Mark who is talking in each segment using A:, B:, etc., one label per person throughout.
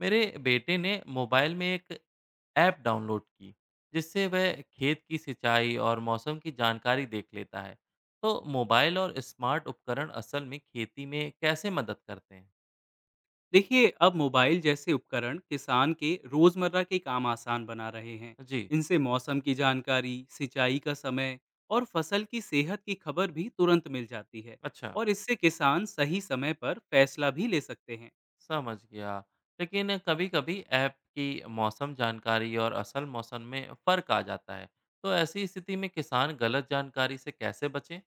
A: मेरे बेटे ने मोबाइल में एक ऐप डाउनलोड की, जिससे वह खेत की सिंचाई और मौसम की जानकारी देख लेता है। तो मोबाइल और स्मार्ट उपकरण असल में खेती में कैसे मदद करते हैं?
B: देखिए, अब मोबाइल जैसे उपकरण किसान के रोजमर्रा के काम आसान बना रहे हैं।
A: जी।
B: इनसे मौसम की जानकारी, सिंचाई का समय और फसल की सेहत की खबर भी तुरंत मिल जाती है।
A: अच्छा,
B: और इससे किसान सही समय पर फैसला भी ले सकते हैं।
A: समझ गया। लेकिन कभी कभी ऐप की मौसम जानकारी और असल मौसम में फ़र्क आ जाता है, तो ऐसी स्थिति में किसान गलत जानकारी से कैसे बचे?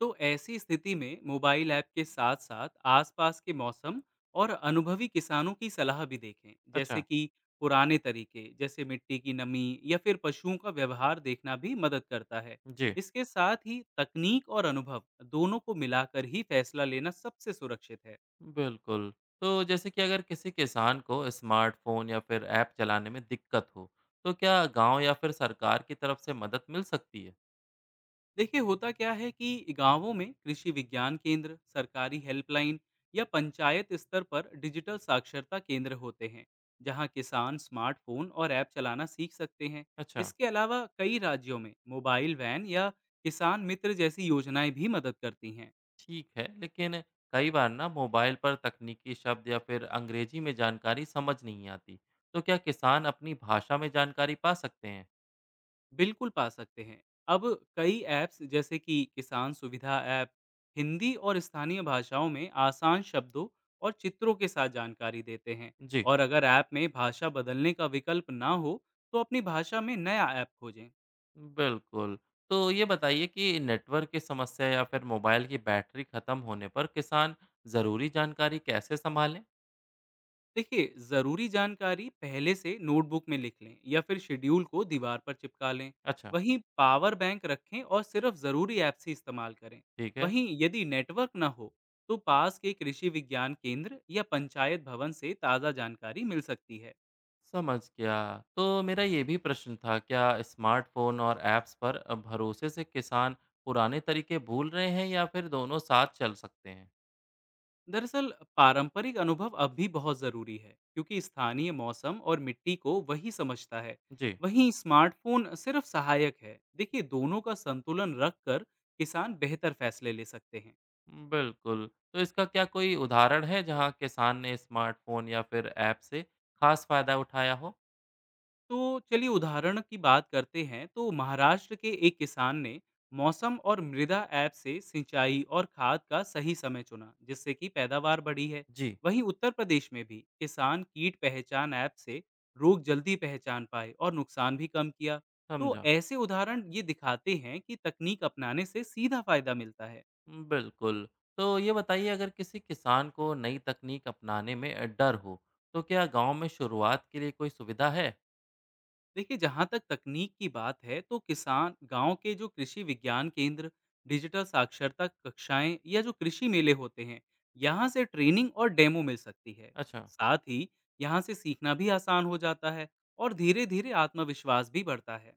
B: तो ऐसी स्थिति में मोबाइल ऐप के साथ साथ आसपास के मौसम और अनुभवी किसानों की सलाह भी देखें। जैसे
A: अच्छा।
B: कि पुराने तरीके जैसे मिट्टी की नमी या फिर पशुओं का व्यवहार देखना भी मदद करता है।
A: जी।
B: इसके साथ ही तकनीक और अनुभव दोनों को मिलाकर ही फैसला लेना सबसे सुरक्षित है।
A: बिल्कुल। तो जैसे कि अगर किसी किसान को स्मार्टफ़ोन या फिर ऐप चलाने में दिक्कत हो, तो क्या गाँव या फिर सरकार की तरफ से मदद मिल सकती है?
B: देखिए, होता क्या है कि गांवों में कृषि विज्ञान केंद्र, सरकारी हेल्पलाइन या पंचायत स्तर पर डिजिटल साक्षरता केंद्र होते हैं, जहां किसान स्मार्टफोन और ऐप चलाना सीख सकते हैं।
A: अच्छा,
B: इसके अलावा कई राज्यों में मोबाइल वैन या किसान मित्र जैसी योजनाएं भी मदद करती हैं।
A: ठीक है। लेकिन कई बार ना मोबाइल पर तकनीकी शब्द या फिर अंग्रेज़ी में जानकारी समझ नहीं आती। तो क्या किसान अपनी भाषा में जानकारी पा सकते हैं?
B: बिल्कुल पा सकते हैं। अब कई ऐप्स जैसे कि किसान सुविधा ऐप, हिंदी और स्थानीय भाषाओं में आसान शब्दों और चित्रों के साथ जानकारी देते हैं।
A: जी।
B: और अगर ऐप में भाषा बदलने का विकल्प ना हो, तो अपनी भाषा में नया ऐप खोजें।
A: बिल्कुल। तो ये बताइए कि नेटवर्क की समस्या या फिर मोबाइल की बैटरी खत्म होने पर किसान ज़रूरी जानकारी कैसे सँभालें?
B: देखिए, ज़रूरी जानकारी पहले से नोटबुक में लिख लें या फिर शेड्यूल को दीवार पर चिपका लें।
A: अच्छा,
B: वहीं पावर बैंक रखें और सिर्फ ज़रूरी ऐप्स ही इस्तेमाल करें।
A: ठीक है।
B: वहीं यदि नेटवर्क ना हो तो पास के कृषि विज्ञान केंद्र या पंचायत भवन से ताज़ा जानकारी मिल सकती है।
A: समझ गया। तो मेरा ये भी प्रश्न था, क्या स्मार्टफोन और ऐप्स पर भरोसे से किसान पुराने तरीके भूल रहे हैं या फिर दोनों साथ चल सकते हैं?
B: दरअसल पारंपरिक अनुभव अब भी बहुत ज़रूरी है, क्योंकि स्थानीय मौसम और मिट्टी को वही समझता है।
A: जी।
B: वहीं स्मार्टफोन सिर्फ सहायक है। देखिए, दोनों का संतुलन रख कर किसान बेहतर फैसले ले सकते हैं।
A: बिल्कुल। तो इसका क्या कोई उदाहरण है जहाँ किसान ने स्मार्टफोन या फिर ऐप से खास फायदा उठाया हो?
B: तो चलिए उदाहरण की बात करते हैं। तो महाराष्ट्र के एक किसान ने मौसम और मृदा ऐप से सिंचाई और खाद का सही समय चुना, जिससे कि पैदावार बढ़ी है।
A: जी।
B: वहीं उत्तर प्रदेश में भी किसान कीट पहचान ऐप से रोग जल्दी पहचान पाए और नुकसान भी कम किया। तो
A: समझा।
B: ऐसे उदाहरण ये दिखाते हैं कि तकनीक अपनाने से सीधा फायदा मिलता है।
A: बिल्कुल। तो ये बताइए, अगर किसी किसान को नई तकनीक अपनाने में डर हो, तो क्या गांव में शुरुआत के लिए कोई सुविधा है?
B: देखिए, जहाँ तक तकनीक की बात है, तो किसान गांव के जो कृषि विज्ञान केंद्र, डिजिटल साक्षरता कक्षाएं या जो कृषि मेले होते हैं, यहाँ से ट्रेनिंग और डेमो मिल सकती है।
A: अच्छा।
B: साथ ही यहाँ से सीखना भी आसान हो जाता है और धीरे धीरे आत्मविश्वास भी बढ़ता है।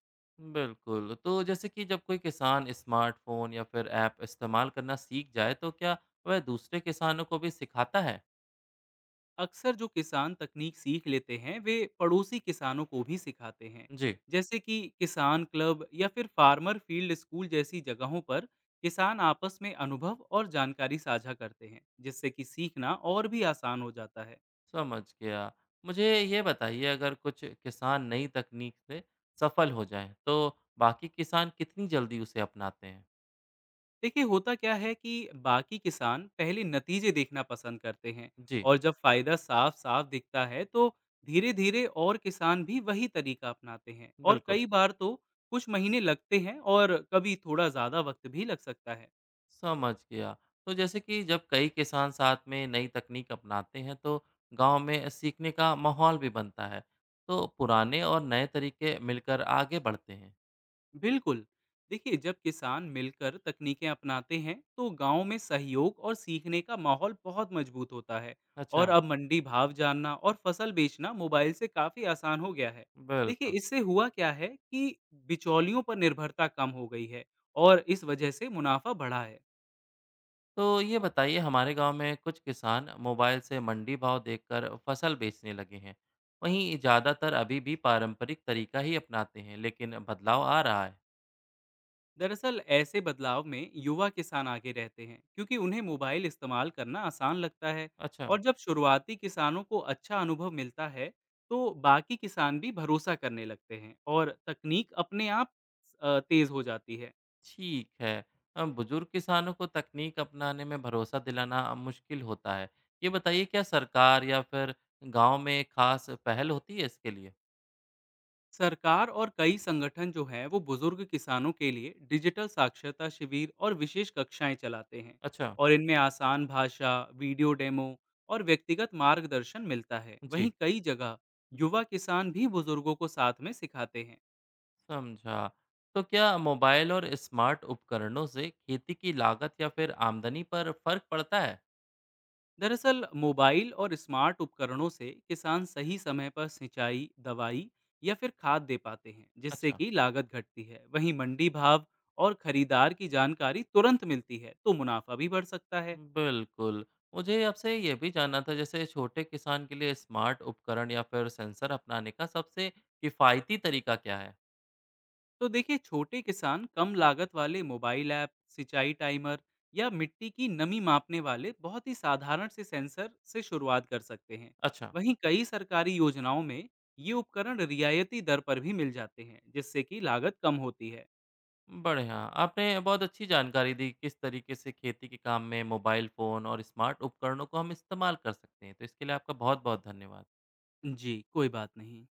A: बिल्कुल, तो जैसे कि जब कोई किसान स्मार्टफ़ोन या फिर ऐप इस्तेमाल करना सीख जाए, तो क्या वह दूसरे किसानों को भी सिखाता है?
B: अक्सर जो किसान तकनीक सीख लेते हैं, वे पड़ोसी किसानों को भी सिखाते हैं।
A: जी,
B: जैसे कि किसान क्लब या फिर फार्मर फील्ड स्कूल जैसी जगहों पर किसान आपस में अनुभव और जानकारी साझा करते हैं, जिससे कि सीखना और भी आसान हो जाता है।
A: समझ गया। मुझे ये बताइए, अगर कुछ किसान नई तकनीक से सफल हो जाएँ, तो बाकी किसान कितनी जल्दी उसे अपनाते हैं?
B: देखिए, होता क्या है कि बाकी किसान पहले नतीजे देखना पसंद करते हैं।
A: जी,
B: और जब फायदा साफ साफ दिखता है, तो धीरे धीरे और किसान भी वही तरीका अपनाते हैं। और
A: बिल्कुल,
B: कई बार तो कुछ महीने लगते हैं और कभी थोड़ा ज्यादा वक्त भी लग सकता है।
A: समझ गया। तो जैसे कि जब कई किसान साथ में नई तकनीक अपनाते हैं, तो गाँव में सीखने का माहौल भी बनता है, तो पुराने और नए तरीके मिलकर आगे बढ़ते हैं।
B: बिल्कुल। देखिए, जब किसान मिलकर तकनीकें अपनाते हैं, तो गांव में सहयोग और सीखने का माहौल बहुत मजबूत होता है। और
A: अच्छा,
B: अब मंडी भाव जानना और फसल बेचना मोबाइल से काफ़ी आसान हो गया है। देखिए,
A: बिल्कुल।
B: इससे हुआ क्या है कि बिचौलियों पर निर्भरता कम हो गई है और इस वजह से मुनाफा बढ़ा है।
A: तो ये बताइए, हमारे गाँव में कुछ किसान मोबाइल से मंडी भाव देखकर फसल बेचने लगे हैं। वहीं ज़्यादातर अभी भी पारंपरिक तरीका ही अपनाते हैं, लेकिन बदलाव आ रहा है।
B: दरअसल ऐसे बदलाव में युवा किसान आगे रहते हैं, क्योंकि उन्हें मोबाइल इस्तेमाल करना आसान लगता है।
A: अच्छा,
B: और जब शुरुआती किसानों को अच्छा अनुभव मिलता है, तो बाकी किसान भी भरोसा करने लगते हैं और तकनीक अपने आप तेज हो जाती है।
A: ठीक है। बुजुर्ग किसानों को तकनीक अपनाने में भरोसा दिलाना मुश्किल होता है। ये बताइए, क्या सरकार या फिर गाँव में खास पहल होती है इसके लिए?
B: सरकार और कई संगठन जो हैं वो बुजुर्ग किसानों के लिए डिजिटल साक्षरता शिविर और विशेष कक्षाएं चलाते हैं।
A: अच्छा,
B: और इनमें आसान भाषा, वीडियो डेमो और व्यक्तिगत मार्गदर्शन मिलता है। वहीं
A: जी।
B: कई जगह युवा किसान भी बुजुर्गों को साथ में सिखाते हैं।
A: समझा। तो क्या मोबाइल और स्मार्ट उपकरणों से खेती की लागत या फिर आमदनी पर फर्क पड़ता है?
B: दरअसल मोबाइल और स्मार्ट उपकरणों से किसान सही समय पर सिंचाई, दवाई या फिर खाद दे पाते हैं, जिससे
A: अच्छा,
B: कि लागत घटती है। वहीं मंडी भाव और खरीदार की जानकारी तुरंत मिलती है, तो मुनाफा भी बढ़ सकता है।
A: बिल्कुल। मुझे आपसे ये भी जानना था, जैसे छोटे किसान के लिए स्मार्ट उपकरण या फिर सेंसर अपनाने का सबसे किफ़ायती तरीका क्या है?
B: तो देखिए, छोटे किसान कम लागत वाले मोबाइल ऐप, सिंचाई टाइमर या मिट्टी की नमी मापने वाले बहुत ही साधारण से सेंसर से शुरुआत कर सकते हैं।
A: अच्छा,
B: वहीं कई सरकारी योजनाओं में ये उपकरण रियायती दर पर भी मिल जाते हैं, जिससे कि लागत कम होती है।
A: बढ़िया। आपने बहुत अच्छी जानकारी दी, किस तरीके से खेती के काम में मोबाइल फ़ोन और स्मार्ट उपकरणों को हम इस्तेमाल कर सकते हैं। तो इसके लिए आपका बहुत-बहुत धन्यवाद।
B: जी, कोई बात नहीं।